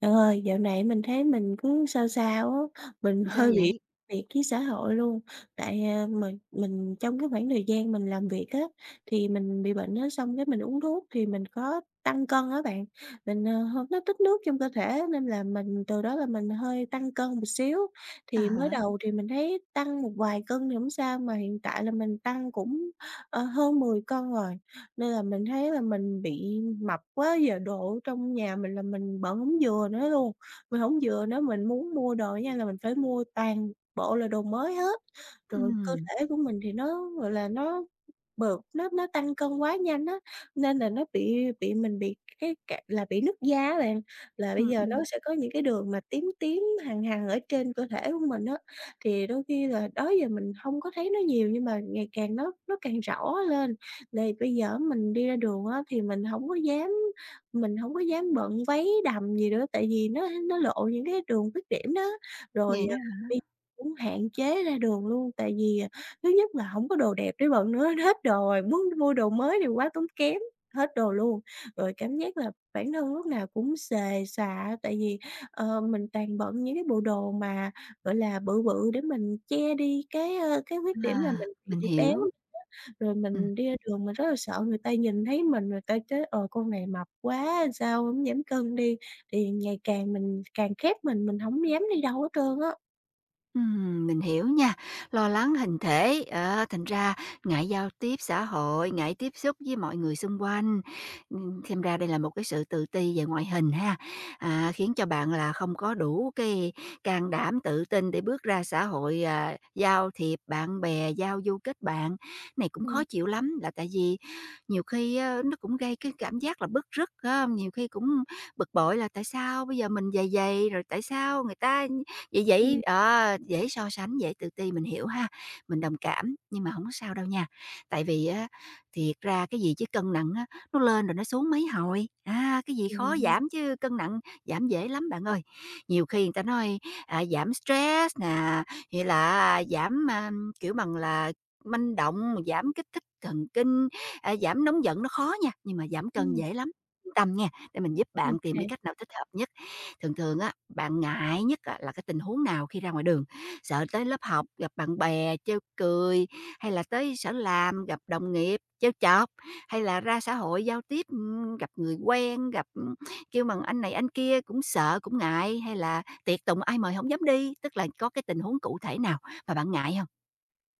Bạn ơi, dạo này mình thấy mình cứ sao sao á, mình Sao hơi bị vậy? biệt với xã hội luôn. Tại, mình trong cái khoảng thời gian mình làm việc á, thì mình bị bệnh á, xong cái mình uống thuốc thì mình có tăng cân á bạn. Mình, hông nó tích nước trong cơ thể nên là mình từ đó là mình hơi tăng cân một xíu. À Thì mới hả. đầu thì mình thấy tăng một vài cân thì hổng sao, mà hiện tại là mình tăng cũng, hơn 10 cân rồi. Nên là mình thấy là mình bị mập quá, giờ đồ trong nhà mình là mình bận hổng vừa nữa luôn, mình hổng vừa nữa, mình muốn mua đồ nha là mình phải mua toàn bộ là đồ mới hết. Rồi cơ Ừm. thể của mình thì nó, gọi là, nó bợt nó tăng cân quá nhanh á, nên là nó bị mình bị cái cả là bị nứt da á bạn, là bây Ừm. giờ Ừm. nó sẽ có những cái đường mà tím tím, hằn hằn ở trên cơ thể của mình á. Thì đôi khi là đó giờ mình hông có thấy nó nhiều nhưng mà ngày càng nó càng rõ lên. Thì bây giờ mình đi ra đường á thì mình hổng có dám bận váy đầm gì nữa, tại vì nó lộ những cái đường khuyết điểm đó. Vậy Rồi, đó. Bây cũng hạn chế ra đường luôn, tại vì, thứ nhất là hổng có đồ đẹp để bận nữa, hết đồ rồi, muốn mua đồ mới thì quá tốn kém, hết đồ luôn. Rồi cảm giác là bản thân lúc nào cũng xề xòa, tại vì, mình toàn bận những cái bộ đồ mà, gọi là, bự bự để mình che đi cái, cái khuyết điểm là À, mình mình bị béo, hiểu. rồi Ừm. mình đi ra đường mình rất là sợ người ta nhìn thấy mình, người ta chế "Ờ, con này mập quá, sao không giảm cân đi?" Thì ngày càng mình càng khép mình không dám đi đâu hết trơn á. Mình hiểu nha. Lo lắng hình thể, thành ra ngại giao tiếp xã hội, ngại tiếp xúc với mọi người xung quanh. Xem ra đây là một cái sự tự ti về ngoại hình ha, khiến cho bạn là không có đủ cái can đảm, tự tin để bước ra xã hội, giao thiệp bạn bè, giao du kết bạn. Này cũng Ừm, khó chịu lắm, là tại vì nhiều khi á, nó cũng gây cái cảm giác là bứt rứt, phải. Nhiều khi cũng bực bội là tại sao bây giờ mình dày dày rồi tại sao người ta. Vậy ừm. vậy à, dễ so sánh, dễ tự ti, mình hiểu ha, mình đồng cảm, nhưng mà không có sao đâu nha. Tại vì á, thiệt ra cái gì chứ cân nặng á, nó lên rồi nó xuống mấy hồi, cái gì khó Ừm, giảm chứ cân nặng giảm dễ lắm bạn ơi. Nhiều khi người ta nói, giảm stress nè, vậy là giảm, kiểu bằng là, manh động, giảm kích thích thần kinh, giảm nóng giận nó khó nha, nhưng mà giảm cân ừm. dễ lắm. Yên tâm nha, để mình giúp bạn tìm cái cách nào thích hợp nhất. Thường thường á, bạn ngại nhất á là cái tình huống nào khi ra ngoài đường? Sợ tới lớp học gặp bạn bè trêu cười, hay là tới sở làm gặp đồng nghiệp trêu chọc, hay là ra xã hội giao tiếp, gặp người quen, gặp, kêu bằng anh này anh kia cũng sợ, cũng ngại, hay là tiệc tùng ai mời không dám đi? Tức là có cái tình huống cụ thể nào mà bạn ngại không?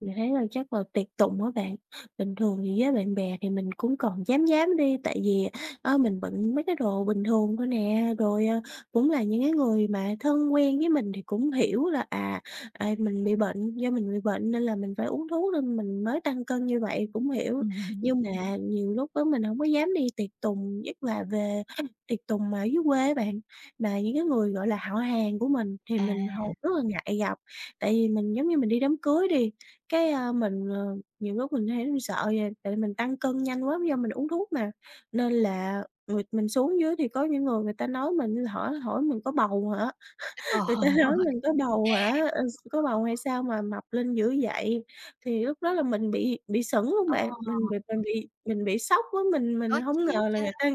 Mình thấy là chắc là tiệc tùng á bạn. Bình thường thì với bạn bè thì mình cũng còn dám dám đi, tại vì, mình bận mấy cái đồ bình thường thôi nè. Rồi, cũng là những cái người mà thân quen với mình thì cũng hiểu là, mình bị bệnh, do mình bị bệnh nên là mình phải uống thuốc nên mình mới tăng cân như vậy, cũng hiểu. Ừm. Nhưng mà nhiều lúc á mình không có dám đi tiệc tùng, nhất là về tiệc tùng mà ở dưới quê á bạn, mà những cái người, gọi là, họ hàng của mình thì mình À. hầu rất là ngại gặp. Tại vì mình giống như mình đi đám cưới đi, cái, mình, nhiều lúc mình thấy mình sợ vậy, tại mình tăng cân nhanh quá do mình uống thuốc mà, nên là người mình xuống dưới thì có những người người ta nói mình hỏi hỏi mình có bầu hả? Trời Người ta nói ơi! mình có bầu hả? Ờ, có bầu hay sao mà mập lên dữ vậy? Thì lúc đó là mình bị sững luôn Ờ, bạn, mình bị sốc á, mình khó hông chịu ngờ là chứ. người ta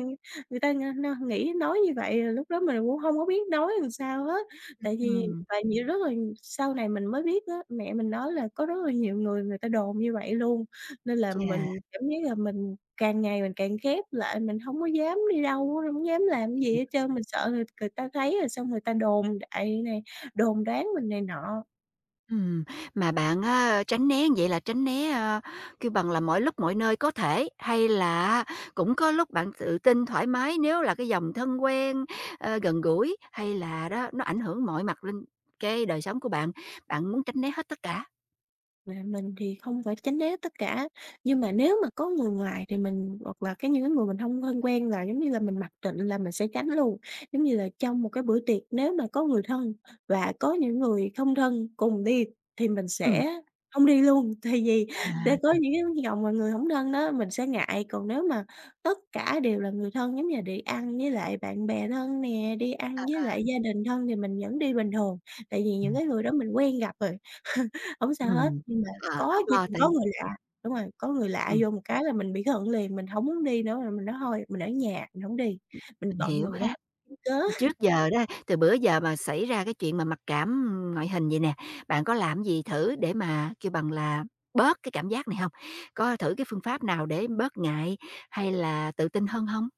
người ta ng n nghĩ nói như vậy, rồi lúc đó mình cũng hông có biết nói làm sao hết. Tại vì Ừm. tại vì rất là sau này mình mới biết á, mẹ mình nói là có rất là nhiều người người ta đồn như vậy luôn. Nên là Chà. mình cảm giác là mình càng ngày mình càng khép lại, mình hông có dám đi đâu á, hổng dám làm cái gì hết trơn, mình sợ người người ta thấy rồi xong người ta đồn đại này, đồn đoán mình này nọ. Ừm, mà bạn á tránh né như vậy là tránh né, kêu bằng là mọi lúc mọi nơi có thể, hay là cũng có lúc bạn tự tin thoải mái nếu là cái dòng thân quen, gần gũi, hay là đó nó ảnh hưởng mọi mặt lên cái đời sống của bạn, bạn muốn tránh né hết tất cả? Mà mình thì không phải tránh né tất cả, nhưng mà nếu mà có người ngoài thì mình hoặc là cái những cái người mình không thân quen là, giống như là, mình mặc định là mình sẽ tránh luôn. Giống như là trong một cái bữa tiệc nếu mà có người thân và có những người không thân cùng đi thì mình Ừm. sẽ không đi luôn, tại vì sẽ có À. những cái vòng mà người không thân đó, mình sẽ ngại. Còn nếu mà tất cả đều là người thân, giống như là đi ăn với lại bạn bè thân nè, đi ăn với lại gia đình thân thì mình vẫn đi bình thường, tại vì những Ừm. cái người đó mình quen gặp rồi. Hổng sao hết, Ừm. nhưng mà Ờ, có hổng chỉ lo cần tại có người lạ đúng rồi, có người lạ ừm, vô một cái là mình bị hận liền, mình hổng muốn đi nữa, rồi mình nói thôi mình ở nhà, mình hổng đi, mình mình bận hiểu rồi đó, ha. kiếm cớ. Trước giờ đó, từ bữa giờ mà xảy ra cái chuyện mà mặc cảm ngoại hình vậy nè, bạn có làm gì thử để mà kêu bằng là bớt cái cảm giác này hông? Có thử cái phương pháp nào để bớt ngại hay là tự tin hơn hông?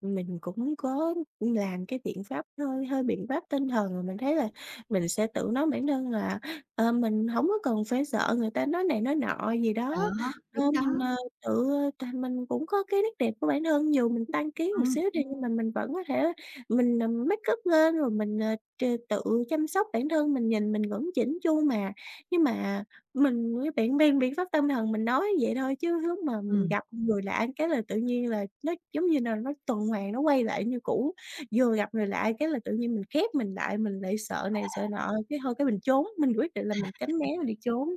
Mình cũng có làm cái biện pháp hơi hơi biện pháp tinh thần rồi mình thấy là mình sẽ tự nói bản thân là, mình không có cần phải sợ người ta nói này nói nọ gì đó. Đó, Ờ, đúng đó. mình, tự, mình cũng có cái nét đẹp của bản thân, dù mình tăng ký một Ừm. xíu đi nhưng mà mình vẫn có thể mình, make up lên rồi mình, tự chăm sóc bản thân, mình nhìn mình vẫn chỉnh chu mà. Nhưng mà mình với bạn mang biện pháp tâm thần mình nói vậy thôi chứ lúc mà mình Ừm. gặp người lạ cái là tự nhiên là nó, giống như là, nó tuần hoàn nó quay lại như cũ. Vừa gặp người lạ cái là tự nhiên mình khép mình lại sợ này sợ nọ, cái thôi cái mình trốn, mình quyết định là mình tránh né mình đi trốn.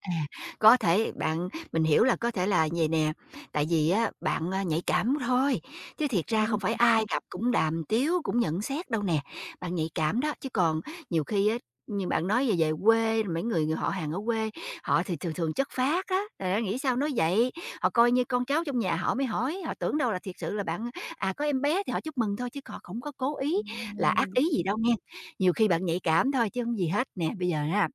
À, có thể bạn mình hiểu là có thể là vầy nè, tại vì á bạn, nhạy cảm thôi, chứ thiệt ra không phải Ôi, ai gặp cũng đàm tiếu, cũng nhận xét đâu nè. Bạn nhạy cảm đó, chứ còn nhiều khi á, như bạn nói về về quê, mấy người người họ hàng ở quê, họ thì thường thường chất phác á, rồi nó nghĩ sao nói vậy, họ coi như con cháu trong nhà họ mới hỏi, họ tưởng đâu là thiệt sự là bạn, có em bé thì họ chúc mừng thôi chứ họ không có cố ý là ác ôi. ý gì đâu nghe. Nhiều khi bạn nhạy cảm thôi chứ không gì hết nè. Bây giờ á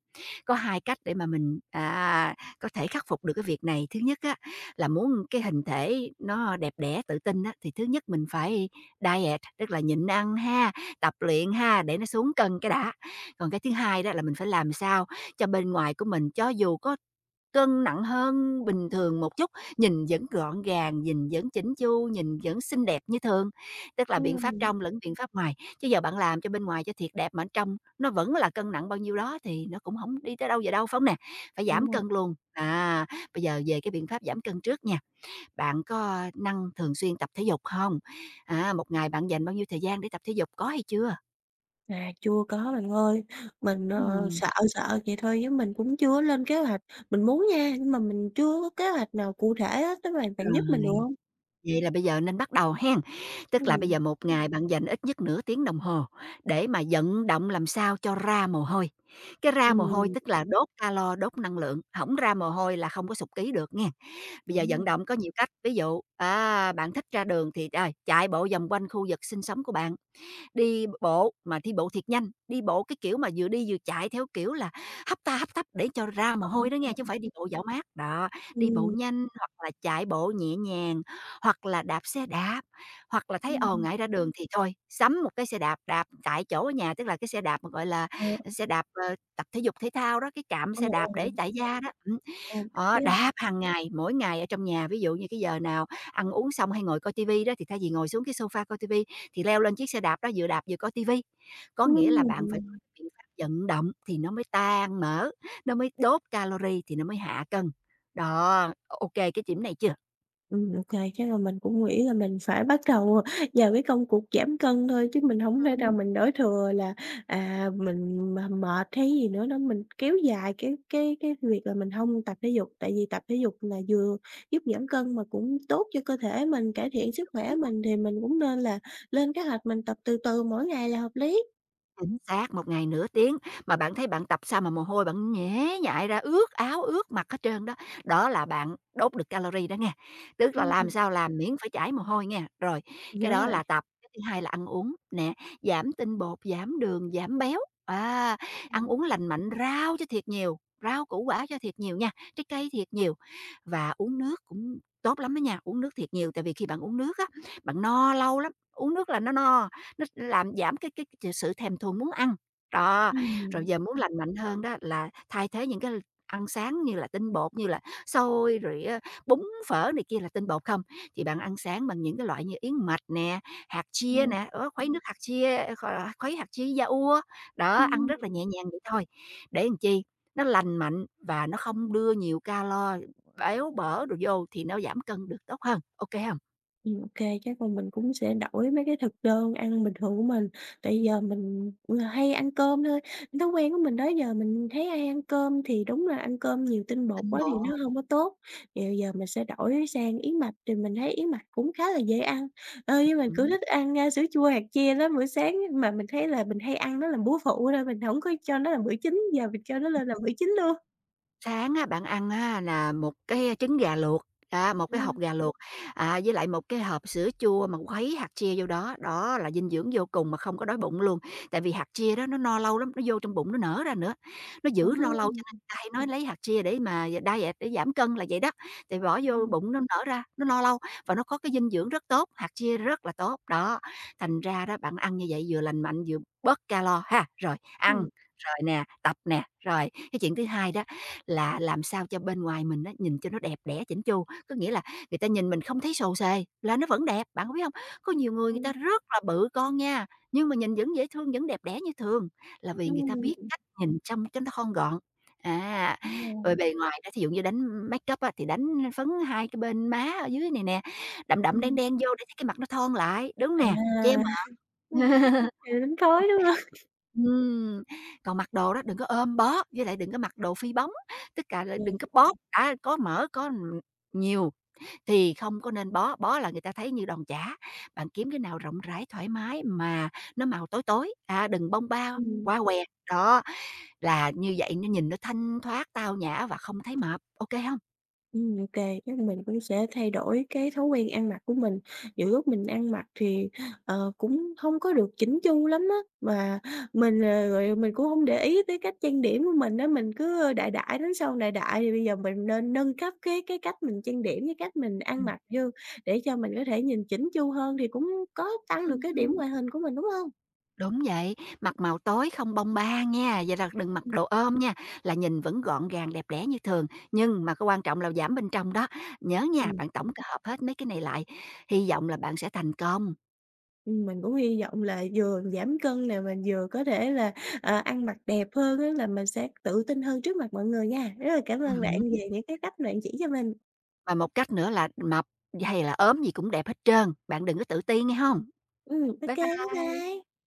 có 2 cách để mà mình, có thể khắc phục được cái việc này. Thứ nhất á, là muốn cái hình thể nó đẹp đẽ, tự tin á, thì thứ nhất mình phải diet, tức là nhịn ăn ha, tập luyện ha, để nó xuống cân cái đã. Còn cái thứ hai đó là mình phải làm sao cho bên ngoài của mình, cho dù có cân nặng hơn bình thường một chút, nhìn vẫn gọn gàng, nhìn vẫn chỉnh chu, nhìn vẫn xinh đẹp như thường, tức là biện pháp Ừm, trong lẫn biện pháp ngoài. Chứ giờ bạn làm cho bên ngoài cho thiệt đẹp mà ở trong nó vẫn là cân nặng bao nhiêu đó thì nó cũng không đi tới đâu về đâu, phải hông nè? Phải giảm đúng rồi. cân luôn. À, bây giờ về cái biện pháp giảm cân trước nha, bạn có năng thường xuyên tập thể dục không? À, một ngày bạn dành bao nhiêu thời gian để tập thể dục, có hay chưa? À, chưa có bạn ơi, mình, Ừm, sợ sợ vậy thôi chứ mình cũng chưa lên kế hoạch. Mình muốn nha, nhưng mà mình chưa có kế hoạch nào cụ thể hết á, tức là bạn giúp mình được rồi. không? Vậy là bây giờ nên bắt đầu hen, tức là bây Ừm. giờ một ngày bạn dành ít nhất nửa tiếng đồng hồ để mà vận động làm sao cho ra mồ hôi. Cái ra mồ hôi Ừm, tức là đốt calo, đốt năng lượng, hổng ra mồ hôi là không có sụp ký được nghe. Bây giờ vận đúng rồi. động có nhiều cách, ví dụ, bạn thích ra đường thì, chạy bộ vòng quanh khu vực sinh sống của bạn, đi bộ mà đi bộ thiệt nhanh, đi bộ cái kiểu mà vừa đi vừa chạy theo kiểu là hấp tấp để cho ra mồ Ờ. hôi đó nghe, chứ không phải đi bộ dạo mát. Đó, đi bộ Ừm, nhanh hoặc là chạy bộ nhẹ nhàng, hoặc là đạp xe đạp, hoặc là thấy, ồ, ừm, ngại ra đường thì thôi, sắm một cái xe đạp, đạp tại chỗ ở nhà, tức là cái xe đạp mà, gọi là, ờ, xe đạp, tập thể dục thể thao đó, cái trạm ờ, xe ờ, đạp ờ, để chạy gia đó. Ờ, Đó, là đạp hàng ngày, mỗi ngày ở trong nhà, ví dụ như cái giờ nào ăn uống xong hay ngồi coi tivi đó thì thay vì ngồi xuống cái sofa coi tivi thì leo lên chiếc xe đạp đó vừa đạp vừa coi ti vi. Có nghĩa là bạn phải có ừm, biện pháp vận động thì nó mới tan mỡ, nó mới đốt calorie thì nó mới hạ cân. Đó, ok cái điểm này chưa? Ô kê, chắc là mình cũng nghĩ là mình phải bắt đầu vào cái công cuộc giảm cân thôi, chứ mình hổng thể nào Ừm. mình đổ thừa là, mình m mệt hay gì nữa đó, mình kéo dài cái việc là mình hông tập thể dục, tại vì tập thể dục là vừa giúp giảm cân mà cũng tốt cho cơ thể mình, cải thiện sức khỏe mình thì mình cũng nên là lên kế hoạch mình tập từ từ mỗi ngày là hợp lý. Chính xác, một ngày nửa tiếng, mà bạn thấy bạn tập sao mà mồ hôi bạn nhễ nhại ra, ướt áo, ướt mặt hết trơn đó. Đó là bạn đốt được calorie đó nghe, tức là làm Ừm, sao làm miễn phải chảy mồ hôi nghe. Rồi, đúng cái đó rồi, là tập, cái thứ hai là ăn uống nè, giảm tinh bột, giảm đường, giảm béo, à, ăn ừm, uống lành mạnh, rau cho thiệt nhiều, rau củ quả cho thiệt nhiều nha, trái cây thiệt nhiều. Và uống nước cũng tốt lắm đó nha, uống nước thiệt nhiều, tại vì khi bạn uống nước á, bạn no lâu lắm, uống nước là nó no. Nó làm giảm cái ch sự thèm thuồng muốn ăn. Đó, rồi ừm, giờ muốn lành mạnh hơn đó là thay thế những cái ăn sáng như là tinh bột, như là xôi rồi á, bún phở này kia là tinh bột không, thì bạn ăn sáng bằng những cái loại như yến mạch nè, hạt chia ờ, nè, đó, khuấy nước hạt chia, ờ, kh khuấy hạt chia da ua. Đó, ăn rất là ừm. nhẹ nhàng vậy thôi, để làm chi? Nó lành mạnh và nó không đưa nhiều calo, béo bở đồ vô thì nó giảm cân được tốt hơn, ok không? Ô chắc là mình cũng sẽ đổi mấy cái thực đơn ăn bình thường của mình, tại giờ mình, hay ăn cơm thôi, thói quen của mình đó giờ mình thấy ai ăn cơm thì đúng là ăn cơm nhiều tinh bột Tinh quá thì bột. nó không có tốt. Thì giờ mình sẽ đổi sang yến mạch, thì mình thấy yến mạch cũng khá là dễ ăn. Ờ, nhưng mình cứ Ừm. thích ăn, sữa chua hạt chia lắm, bữa sáng mà mình thấy là mình hay ăn nó làm bữa phụ thôi, mình không có cho nó làm bữa chính, giờ mình cho nó lên làm bữa chính luôn. Sáng á, bạn ăn á là một cái trứng gà luộc, một cái Ừ, hột gà luộc, với lại một cái hộp sữa chua mà khuấy hạt chia vô đó, đó là dinh dưỡng vô cùng mà không có đói bụng luôn. Tại vì hạt chia đó nó no lâu lắm, nó vô trong bụng nó nở ra nữa, nó giữ no lâu cho nên ừ, người ta hay nói lấy hạt chia để mà diet, để giảm cân là vậy đó. Thì bỏ ừ, vô bụng nó nở ra, nó no lâu và nó có cái dinh dưỡng rất tốt, hạt chia rất là tốt, đó. Thành ra đó bạn ăn như vậy vừa lành mạnh vừa bớt calo ha. Rồi ăn, ừ, rồi nè, tập nè, rồi cái chuyện thứ hai đó là làm sao cho bên ngoài mình á, nhìn cho nó đẹp đẽ chỉnh chu, có nghĩa là người ta nhìn mình không thấy sồ sề là nó vẫn đẹp, bạn có biết không? Có nhiều người người ta rất là bự con nha, nhưng mà nhìn vẫn dễ thương, vẫn đẹp đẽ như thường, là vì ừ, người ta biết ừ. cách nhìn trông cho nó thon gọn. À, rồi bề ngoài đó thí dụ như đánh makeup á, thì đánh phấn hai cái bên má ở dưới này nè, đậm đậm đen Ừm. đen vô để thấy cái mặt nó thon lại, đúng À. nè, che. Là đánh Ồ, thói, thế đúng hông? à? Ừm, còn mặc đồ đó đừng có ôm bó, với lại đừng có mặc đồ phi bóng, tất cả là Ừm. đừng có bó cả có mỡ, có, nhiều thì không có nên bó, bó là người ta thấy như đòn chả. Bạn kiếm cái nào rộng rãi, thoải mái mà nó màu tối tối, đừng bông bao, Ừm, quá què, đó, là như vậy nó nhìn nó thanh thoát, tao nhã và không thấy mập, ok không hông? Ô kê, chắc mình cũng sẽ thay đổi cái thói quen ăn mặc của mình. Nhiều lúc mình ăn mặc thì, cũng hông có được chỉn chu lắm á, mà mình, rồi mình cũng hông để ý tới cách trang điểm của mình á, mình cứ đại đại, nói sao đại đại, thì bây giờ mình nên nâng cấp cái cách mình trang điểm với cách mình ăn Ừm. mặc vô, để cho mình có thể nhìn chỉn chu hơn thì cũng có tăng được cái điểm ngoại hình của mình, đúng hông? Đúng vậy, mặc màu tối không bông ba nha, vậy là đừng mặc Ừm. đồ ôm nha, là nhìn vẫn gọn gàng đẹp đẽ như thường, nhưng mà cái quan trọng là giảm bên trong đó. Nhớ nha, Ừm. bạn tổng hợp hết mấy cái này lại, hy vọng là bạn sẽ thành công. Mình cũng hy vọng là vừa giảm cân nè, mình vừa có thể là, ăn mặc đẹp hơn á, là mình sẽ tự tin hơn trước mặt mọi người nha. Rất là cảm ơn bạn Ừm, về những cái cách bạn chỉ cho mình. mà một cách nữa là mập hay là ốm gì cũng đẹp hết trơn, bạn đừng có tự ti nghe không. Ô Bye kê, bye bye. bye.